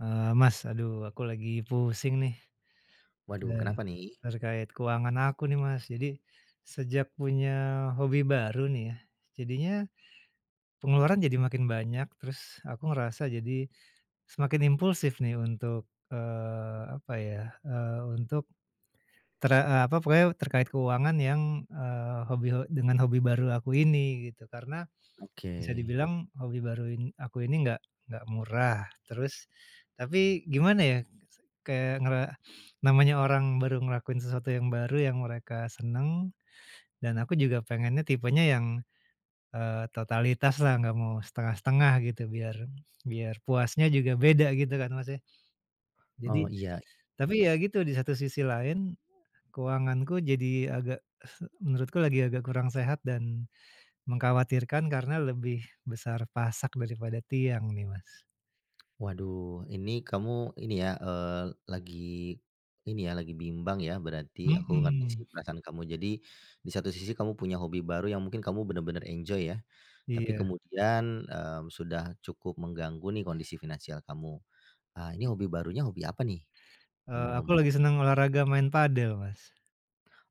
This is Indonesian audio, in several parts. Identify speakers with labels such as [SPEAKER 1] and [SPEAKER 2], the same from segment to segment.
[SPEAKER 1] Mas, aduh aku lagi pusing nih,
[SPEAKER 2] Waduh,
[SPEAKER 1] eee,
[SPEAKER 2] kenapa nih?
[SPEAKER 1] terkait keuangan aku nih, Mas. Jadi sejak punya hobi baru nih ya, jadinya pengeluaran jadi makin banyak, terus aku ngerasa jadi semakin impulsif nih untuk, apa ya, untuk apa, pokoknya terkait keuangan yang, eee, hobi dengan hobi baru aku ini gitu. Karena
[SPEAKER 2] Oke.
[SPEAKER 1] bisa dibilang hobi baru in aku ini nggak murah, terus tapi gimana ya, kayak namanya orang baru ngelakuin sesuatu yang baru yang mereka seneng, dan aku juga pengennya tipenya yang, totalitas lah nggak mau setengah-setengah gitu, biar biar puasnya juga beda gitu kan, Mas, ya. Jadi
[SPEAKER 2] Oh, iya.
[SPEAKER 1] tapi ya gitu, di satu sisi lain, keuanganku jadi agak menurutku lagi agak kurang sehat dan mengkhawatirkan karena lebih besar pasak daripada tiang nih, Mas.
[SPEAKER 2] Waduh, ini kamu ini ya, lagi ini ya, lagi bimbang ya berarti, aku ngerti sih
[SPEAKER 1] Mhm,
[SPEAKER 2] perasaan kamu. Jadi, di satu sisi kamu punya hobi baru yang mungkin kamu benar-benar enjoy ya, tapi
[SPEAKER 1] iya,
[SPEAKER 2] kemudian, sudah cukup mengganggu nih kondisi finansial kamu. Ah, ini hobi barunya hobi apa nih,
[SPEAKER 1] aku
[SPEAKER 2] ngomong-ngomong?
[SPEAKER 1] lagi senang olahraga main padel, Mas.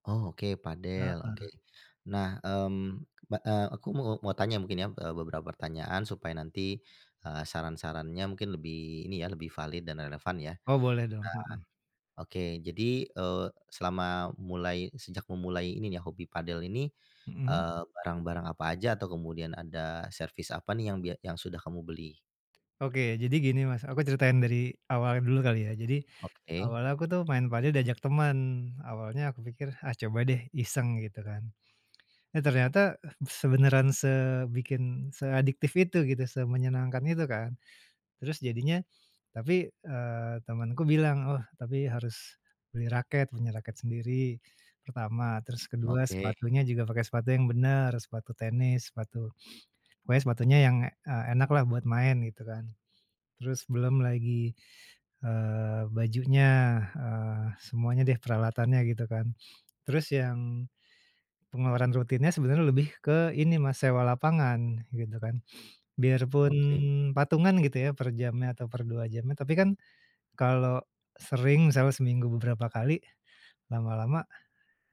[SPEAKER 2] Oh, oke padel, oke.
[SPEAKER 1] Heeh.
[SPEAKER 2] Nah, aku mau mau tanya mungkin ya, beberapa pertanyaan supaya nanti, saran-sarannya mungkin lebih ini ya, lebih valid dan relevan ya.
[SPEAKER 1] Oh boleh dong, heeh,
[SPEAKER 2] Oke, jadi, selama mulai sejak memulai ini nih ya, hobi padel ini,
[SPEAKER 1] mhm.
[SPEAKER 2] barang-barang apa aja atau kemudian ada servis apa nih yang yang sudah kamu beli?
[SPEAKER 1] Oke, jadi gini, Mas, aku ceritain dari awal dulu kali ya. Jadi,
[SPEAKER 2] Oke,
[SPEAKER 1] awalnya aku tuh main padel diajak teman. Awalnya aku pikir, "Ah, coba deh iseng," gitu kan. Eh ternyata seadiktif itu gitu, semenyenangkan itu kan. Terus jadinya tapi, temanku bilang, "Oh, tapi harus beli raket, punya raket sendiri, pertama. Terus kedua
[SPEAKER 2] oke,
[SPEAKER 1] sepatunya juga pakai sepatu yang benar sepatu tenis, pokoknya sepatunya yang, enak lah buat main," gitu kan. Terus belum lagi, bajunya, semuanya deh peralatannya gitu kan. Terus yang pengeluaran rutinnya sebenarnya lebih ke ini Mas, sewa lapangan gitu kan. Biarpun
[SPEAKER 2] oke,
[SPEAKER 1] patungan gitu ya per jamnya atau per 2 jamnya, tapi kan kalau sering misalnya seminggu beberapa kali, lama-lama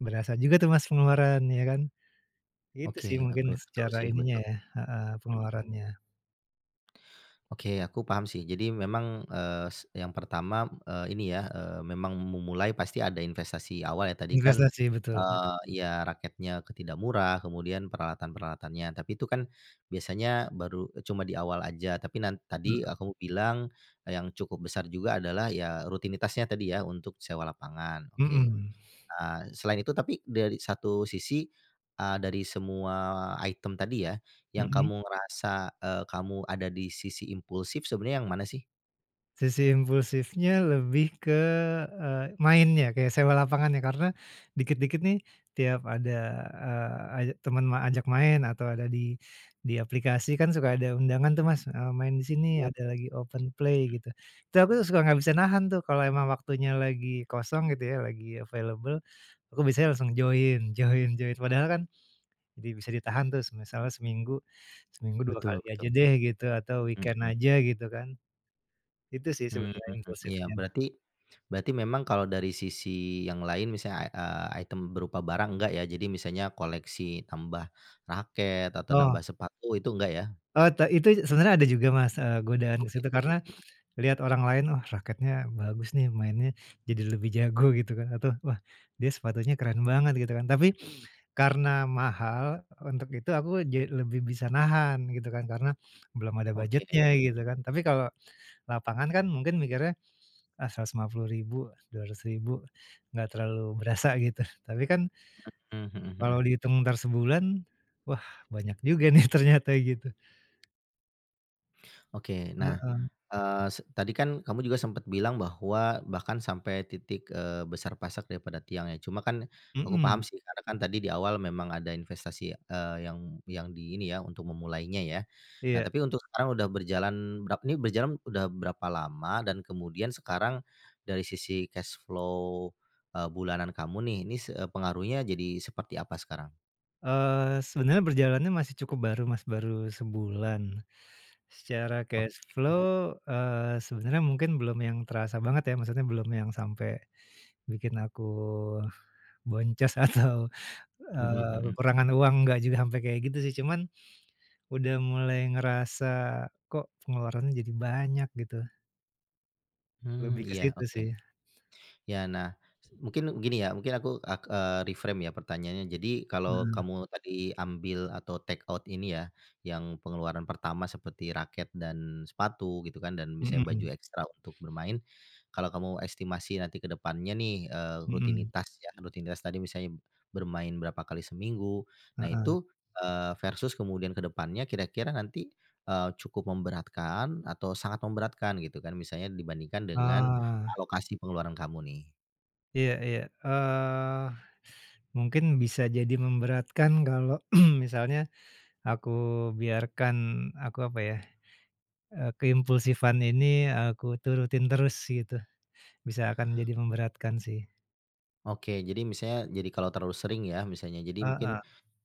[SPEAKER 1] berasa juga tuh Mas pengeluaran ya kan. Itu
[SPEAKER 2] oke,
[SPEAKER 1] sih
[SPEAKER 2] oke,
[SPEAKER 1] mungkin
[SPEAKER 2] betul
[SPEAKER 1] secara
[SPEAKER 2] sih,
[SPEAKER 1] ininya
[SPEAKER 2] betul.
[SPEAKER 1] ya, heeh, pengeluarannya.
[SPEAKER 2] Oke, aku paham sih. Jadi memang, eee, s yang pertama, ini ya, memang memulai pasti ada investasi awal ya. Tadi kan,
[SPEAKER 1] Investasi betul,
[SPEAKER 2] ya raketnya ketidak murah, kemudian peralatan-peralatannya, tapi itu kan biasanya cuma di awal aja. Tapi nan tadi,
[SPEAKER 1] mhm
[SPEAKER 2] kamu bilang eh, yang cukup besar juga adalah ya rutinitasnya tadi ya untuk sewa lapangan, oke.
[SPEAKER 1] mhm,
[SPEAKER 2] Nah, selain itu tapi dari satu sisi, dari semua item tadi ya, yang
[SPEAKER 1] mhm.
[SPEAKER 2] kamu ngerasa, kamu ada di sisi impulsif sebenarnya yang mana sih?
[SPEAKER 1] Sisi impulsifnya lebih ke, mainnya, kayak sewa lapangannya. Karena dikit-dikit nih, tiap ada, aja teman ajak main atau ada di aplikasi kan suka ada undangan tuh, Mas, "Main di sini,
[SPEAKER 2] Oh,
[SPEAKER 1] ada lagi open play," gitu. Itu aku suka nggak bisa nahan tuh, kalau emang waktunya lagi kosong gitu ya, lagi available, aku biasanya langsung join join join. Padahal kan jadi bisa ditahan tuh, misalnya seminggu seminggu 2
[SPEAKER 2] betul
[SPEAKER 1] kali aja
[SPEAKER 2] betul.
[SPEAKER 1] deh gitu, atau weekend
[SPEAKER 2] Mhm,
[SPEAKER 1] aja gitu kan. Itu sih
[SPEAKER 2] mhm,
[SPEAKER 1] sebenarnya
[SPEAKER 2] iya
[SPEAKER 1] impulsifnya.
[SPEAKER 2] berarti berarti memang kalau dari sisi yang lain misalnya, item berupa barang enggak ya? Jadi misalnya koleksi nambah raket atau
[SPEAKER 1] Oh,
[SPEAKER 2] nambah sepatu itu enggak ya?
[SPEAKER 1] eee, te itu sebenarnya ada juga Mas, godaan
[SPEAKER 2] Oh
[SPEAKER 1] ke situ
[SPEAKER 2] gitu,
[SPEAKER 1] karena lihat orang lain, "Wah raketnya bagus nih mainnya, jadi lebih jago," gitu kan, atau, "Wah dia sepatunya keren banget," gitu kan. Tapi karena mahal untuk itu aku ja lebih bisa nahan gitu kan, karena belum ada
[SPEAKER 2] oke,
[SPEAKER 1] budgetnya gitu kan. Tapi kalau lapangan kan mungkin mikirnya, "Ah 150.000, 200.000 nggak terlalu berasa," gitu. Tapi kan
[SPEAKER 2] mhm, mhm, mhm.
[SPEAKER 1] kalau dihitung entar sebulan, wah banyak juga nih ternyata gitu.
[SPEAKER 2] Oke. Nah,
[SPEAKER 1] Heeh,
[SPEAKER 2] eee, se tadi kan kamu juga sempat bilang bahwa bahkan sampai titik, besar pasak daripada tiang ya. Cuma kan aku paham
[SPEAKER 1] mhm,
[SPEAKER 2] sih karena kan tadi di awal memang ada investasi, yang di ini ya untuk memulainya ya. Nah,
[SPEAKER 1] iya.
[SPEAKER 2] tapi untuk sekarang udah berjalan ini berjalan udah berapa lama dan kemudian sekarang dari sisi cash flow, bulanan kamu nih, pengaruhnya jadi seperti apa sekarang?
[SPEAKER 1] Sebenarnya berjalannya masih cukup baru Mas, baru sebulan. Secara
[SPEAKER 2] Ok,
[SPEAKER 1] cash flow, sebenarnya mungkin belum yang terasa banget ya, maksudnya belum yang sampai bikin aku boncos atau,
[SPEAKER 2] mhm, mhm.
[SPEAKER 1] kekurangan uang, nggak juga sampai kayak gitu sih, cuman udah mulai ngerasa, kok pengeluarannya jadi banyak gitu,
[SPEAKER 2] Mmm,
[SPEAKER 1] lebih ke
[SPEAKER 2] iya,
[SPEAKER 1] situ
[SPEAKER 2] oke.
[SPEAKER 1] sih.
[SPEAKER 2] Ya, nah, mungkin gini ya, mungkin aku ak eee, reframe ya pertanyaannya. Jadi kalau
[SPEAKER 1] Mhm,
[SPEAKER 2] kamu tadi ambil atau take out ini ya, yang pengeluaran pertama seperti raket dan sepatu gitu kan, dan misalnya baju
[SPEAKER 1] mhm,
[SPEAKER 2] ekstra untuk bermain. Kalau kamu estimasi nanti ke depannya nih,
[SPEAKER 1] mhm,
[SPEAKER 2] rutinitas tadi misalnya bermain berapa kali seminggu. Nah
[SPEAKER 1] heeh.
[SPEAKER 2] itu, versus kemudian ke depannya kira-kira nanti, cukup memberatkan atau sangat memberatkan gitu kan, misalnya dibandingkan dengan
[SPEAKER 1] Ah,
[SPEAKER 2] alokasi pengeluaran kamu nih.
[SPEAKER 1] iya iya, mungkin bisa jadi memberatkan kalau misalnya aku biarkan aku apa ya, keimpulsifan ini aku turutin terus gitu, bisa akan jadi memberatkan sih.
[SPEAKER 2] Oke, jadi misalnya jadi kalau terlalu sering ya misalnya, jadi mungkin,
[SPEAKER 1] Heeh,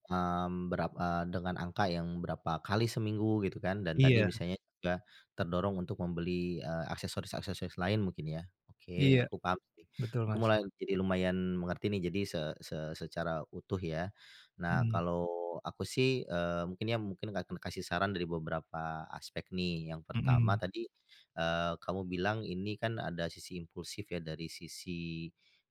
[SPEAKER 2] Dengan angka yang berapa kali seminggu gitu kan dan tadi
[SPEAKER 1] iya
[SPEAKER 2] misalnya juga terdorong untuk membeli, aksesoris-aksesoris lain mungkin ya? Oke,
[SPEAKER 1] iya,
[SPEAKER 2] aku paham sih.
[SPEAKER 1] betul
[SPEAKER 2] Aku
[SPEAKER 1] Mas.
[SPEAKER 2] mulai jadi lumayan mengerti nih jadi se se secara utuh ya. Nah
[SPEAKER 1] Mhm
[SPEAKER 2] kalau aku sih, mungkin ya mungkin akan kasih saran dari beberapa aspek nih. Yang pertama
[SPEAKER 1] mhm
[SPEAKER 2] tadi, kamu bilang ini kan ada sisi impulsif ya dari sisi,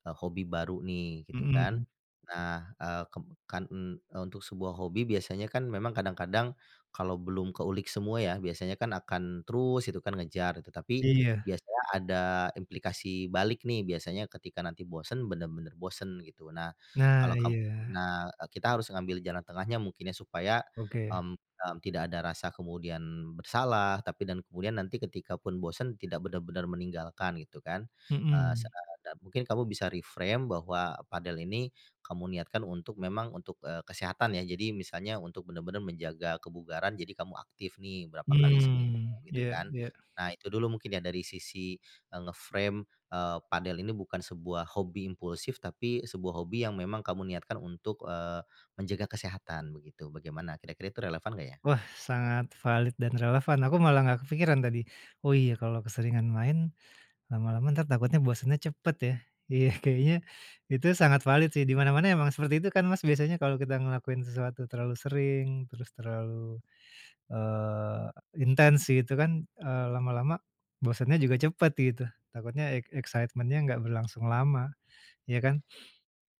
[SPEAKER 2] hobi baru nih gitu kan.
[SPEAKER 1] mhm,
[SPEAKER 2] Nah, eee, keb kan eee, untuk sebuah hobi biasanya kan memang kadang-kadang kalau belum keulik semua ya, biasanya kan akan terus itu kan ngejar itu, tapi
[SPEAKER 1] iya.
[SPEAKER 2] biasanya ada implikasi balik nih, biasanya ketika nanti bosen, bener-bener bosen gitu. Nah, kalau
[SPEAKER 1] Nah
[SPEAKER 2] kamu
[SPEAKER 1] iya,
[SPEAKER 2] nah, eee, kita harus ngambil jalan tengahnya mungkinnya supaya,
[SPEAKER 1] oke.
[SPEAKER 2] tidak ada rasa kemudian bersalah, tapi dan kemudian nanti ketika pun bosen tidak benar-benar meninggalkan gitu kan. Eee, se
[SPEAKER 1] Mhm,
[SPEAKER 2] dan mungkin kamu bisa reframe bahwa padel ini kamu niatkan untuk memang untuk, kesehatan ya. Jadi misalnya untuk benar-benar menjaga kebugaran, jadi kamu aktif nih berapa kali seminggu
[SPEAKER 1] mmm,
[SPEAKER 2] gitu
[SPEAKER 1] iya
[SPEAKER 2] kan.
[SPEAKER 1] iya.
[SPEAKER 2] Nah itu dulu mungkin ya dari sisi, nge-frame, eh, padel ini bukan sebuah hobi impulsif, tapi sebuah hobi yang memang kamu niatkan untuk, menjaga kesehatan begitu. Bagaimana kira-kira itu relevan nggak ya?
[SPEAKER 1] Wah sangat valid dan relevan, aku malah nggak kepikiran tadi. Oh iya kalau keseringan main lama-lama ntar takutnya bosannya cepet ya. Iya kayaknya itu sangat valid sih, di mana-mana emang seperti itu kan Mas biasanya kalau kita ngelakuin sesuatu terlalu sering, terus terlalu, eee, intens gitu kan, lama-lama bosannya juga cepet gitu. Takutnya excitement-nya nggak berlangsung lama, ya kan?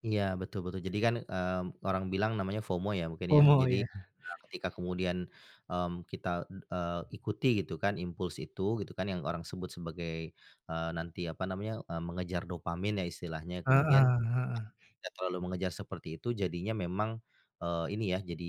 [SPEAKER 2] Iya, betul betul. Jadi kan, orang bilang namanya FOMO ya mungkin ya.
[SPEAKER 1] FOMO
[SPEAKER 2] Jadi,
[SPEAKER 1] ya?
[SPEAKER 2] ketika kemudian, kita, ikuti gitu kan impuls itu gitu kan yang orang sebut sebagai, eee, nanti apa namanya, eee, mengejar dopamin ya istilahnya.
[SPEAKER 1] Heeh
[SPEAKER 2] Kemudian,
[SPEAKER 1] heeh.
[SPEAKER 2] nggak terlalu mengejar seperti itu jadinya memang, ini ya, jadi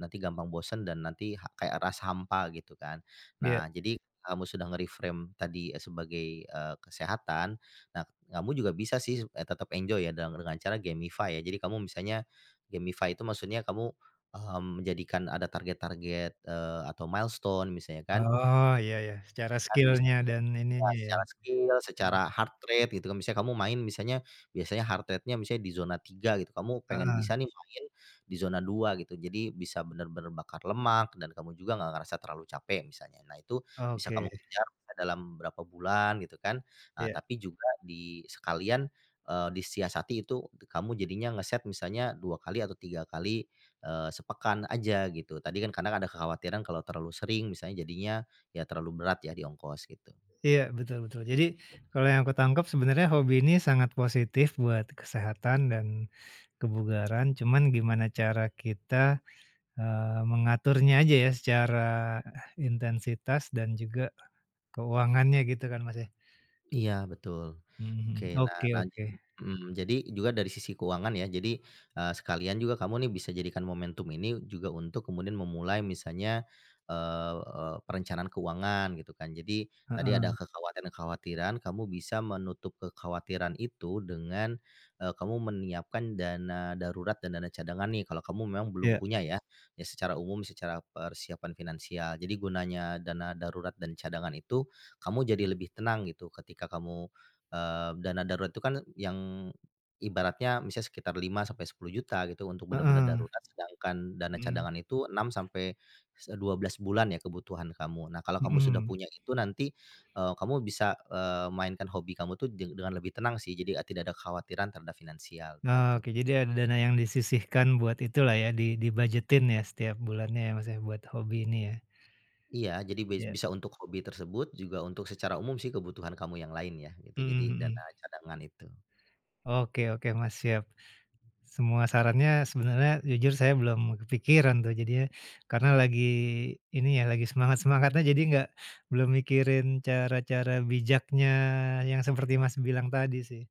[SPEAKER 2] nanti gampang bosen dan nanti ha kayak rasa hampa gitu kan.
[SPEAKER 1] Iya.
[SPEAKER 2] Nah jadi kamu sudah nge-reframe tadi, sebagai, kesehatan, nah kamu juga bisa sih, tetap enjoy ya dengan cara gamify ya. Jadi kamu misalnya gamify itu maksudnya kamu, menjadikan ada target-target, atau milestone misalnya kan,
[SPEAKER 1] Oh, iya ya, secara
[SPEAKER 2] kan
[SPEAKER 1] skill-nya
[SPEAKER 2] misalnya
[SPEAKER 1] dan
[SPEAKER 2] ya
[SPEAKER 1] ininya ya.
[SPEAKER 2] secara skill,
[SPEAKER 1] Heeh
[SPEAKER 2] secara heart rate gitu kan, misalnya kamu main misalnya biasanya heart rate-nya misalnya di zona 3 gitu, kamu pengen
[SPEAKER 1] heeh.
[SPEAKER 2] bisa nih main di zona 2 gitu. Jadi bisa bener-bener bakar lemak dan kamu juga nggak ngerasa terlalu capek misalnya. Nah itu bisa kamu
[SPEAKER 1] Oke,
[SPEAKER 2] kejar dalam berapa bulan gitu kan. Nah
[SPEAKER 1] iya.
[SPEAKER 2] tapi juga di sekalian, disiasati itu kamu jadinya ngeset misalnya 2 kali atau 3 kali, sepekan aja gitu. Tadi kan kadang ada kekhawatiran kalau terlalu sering misalnya jadinya, ya terlalu berat ya di ongkos gitu.
[SPEAKER 1] Iya, betul betul. Jadi, kalau yang aku tangkap sebenarnya hobi ini sangat positif buat kesehatan dan kebugaran, cuman gimana cara kita, mengaturnya aja ya secara intensitas dan juga keuangannya gitu kan, Mas, ya?
[SPEAKER 2] Iya betul.
[SPEAKER 1] Mhm,
[SPEAKER 2] Oke, nah,
[SPEAKER 1] oke
[SPEAKER 2] nah,
[SPEAKER 1] oke,
[SPEAKER 2] mhm, jadi juga dari sisi keuangan ya, jadi, sekalian juga kamu nih bisa jadikan momentum ini juga untuk kemudian memulai misalnya, eee eee, perencanaan keuangan gitu kan. Jadi tadi ada
[SPEAKER 1] heeh,
[SPEAKER 2] kekhawatiran-kekhawatiran, kamu bisa menutup kekhawatiran itu dengan, kamu menyiapkan dana darurat dan dana cadangan nih kalau kamu memang belum
[SPEAKER 1] iya,
[SPEAKER 2] punya ya, ya secara umum secara persiapan finansial. Jadi gunanya dana darurat dan cadangan itu, kamu jadi lebih tenang gitu ketika kamu dana darurat itu kan yang ibaratnya misalnya sekitar 5 sampai 10 juta gitu untuk benar-benar
[SPEAKER 1] heeh,
[SPEAKER 2] darurat, sedangkan dana
[SPEAKER 1] mhm
[SPEAKER 2] cadangan itu 6 sampai 12 bulan ya kebutuhan kamu. Nah, kalau kamu sudah
[SPEAKER 1] mhm.
[SPEAKER 2] punya itu nanti, kamu bisa, mainkan hobi kamu tuh dengan lebih tenang sih, jadi, tidak ada kekhawatiran terhadap finansial,
[SPEAKER 1] Nah,
[SPEAKER 2] begitu.
[SPEAKER 1] oke, jadi ada dana yang disisihkan buat itulah ya, dibujetin ya setiap bulannya ya, Mas, ya, buat hobi ini ya?
[SPEAKER 2] Iya, jadi
[SPEAKER 1] Ya.
[SPEAKER 2] bisa untuk hobi tersebut, juga untuk secara umum sih kebutuhan kamu yang lain ya, gitu. Jadi
[SPEAKER 1] Mhm
[SPEAKER 2] dana
[SPEAKER 1] mhm.
[SPEAKER 2] cadangan itu.
[SPEAKER 1] Oke oke, Mas, siap. Semua sarannya sebenarnya jujur saya belum kepikiran tuh jadinya, karena lagi ini ya, lagi semangat-semangatnya jadi nggak belum mikirin cara-cara bijaknya yang seperti Mas bilang tadi sih.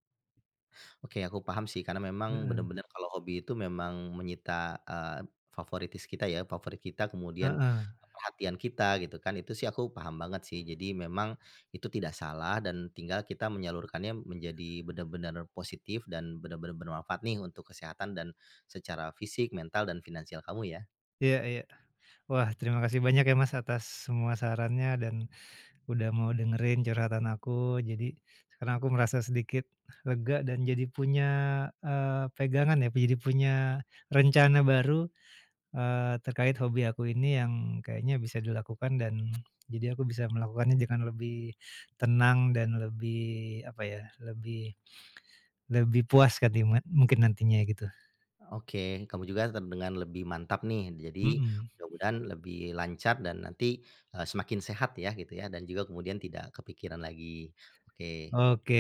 [SPEAKER 2] Oke, aku paham sih karena memang
[SPEAKER 1] Heeh
[SPEAKER 2] benar-benar kalau hobi itu memang menyita, favoritis kita ya, favorit kita kemudian
[SPEAKER 1] heeh.
[SPEAKER 2] perhatian kita gitu kan, itu sih aku paham banget sih. Jadi memang itu tidak salah dan tinggal kita menyalurkannya menjadi benar-benar positif dan benar-benar bermanfaat nih untuk kesehatan dan secara fisik, mental, dan finansial kamu ya.
[SPEAKER 1] Iya iya. Wah terima kasih banyak ya Mas atas semua sarannya dan udah mau dengerin curhatan aku. Jadi sekarang aku merasa sedikit lega dan jadi punya, pegangan ya, jadi punya rencana baru terkait hobi aku ini yang kayaknya bisa dilakukan dan jadi aku bisa melakukannya dengan lebih tenang dan lebih, apa ya, lebih lebih puas kan katiman mungkin nantinya gitu.
[SPEAKER 2] Oke, kamu juga terdengar lebih mantap nih. Jadi
[SPEAKER 1] Mhm.
[SPEAKER 2] mudah-mudahan lebih lancar dan nanti, semakin sehat ya gitu ya dan juga kemudian tidak kepikiran lagi. Oke,
[SPEAKER 1] Oke.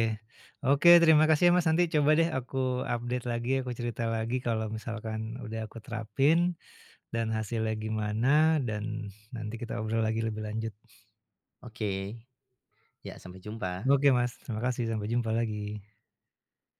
[SPEAKER 1] Oke terima kasih ya Mas, nanti coba deh aku update lagi, aku cerita lagi kalau misalkan udah aku terapin dan hasilnya gimana dan nanti kita obrol lagi lebih lanjut.
[SPEAKER 2] oke, ya sampai jumpa.
[SPEAKER 1] Oke Mas, terima kasih, sampai jumpa lagi.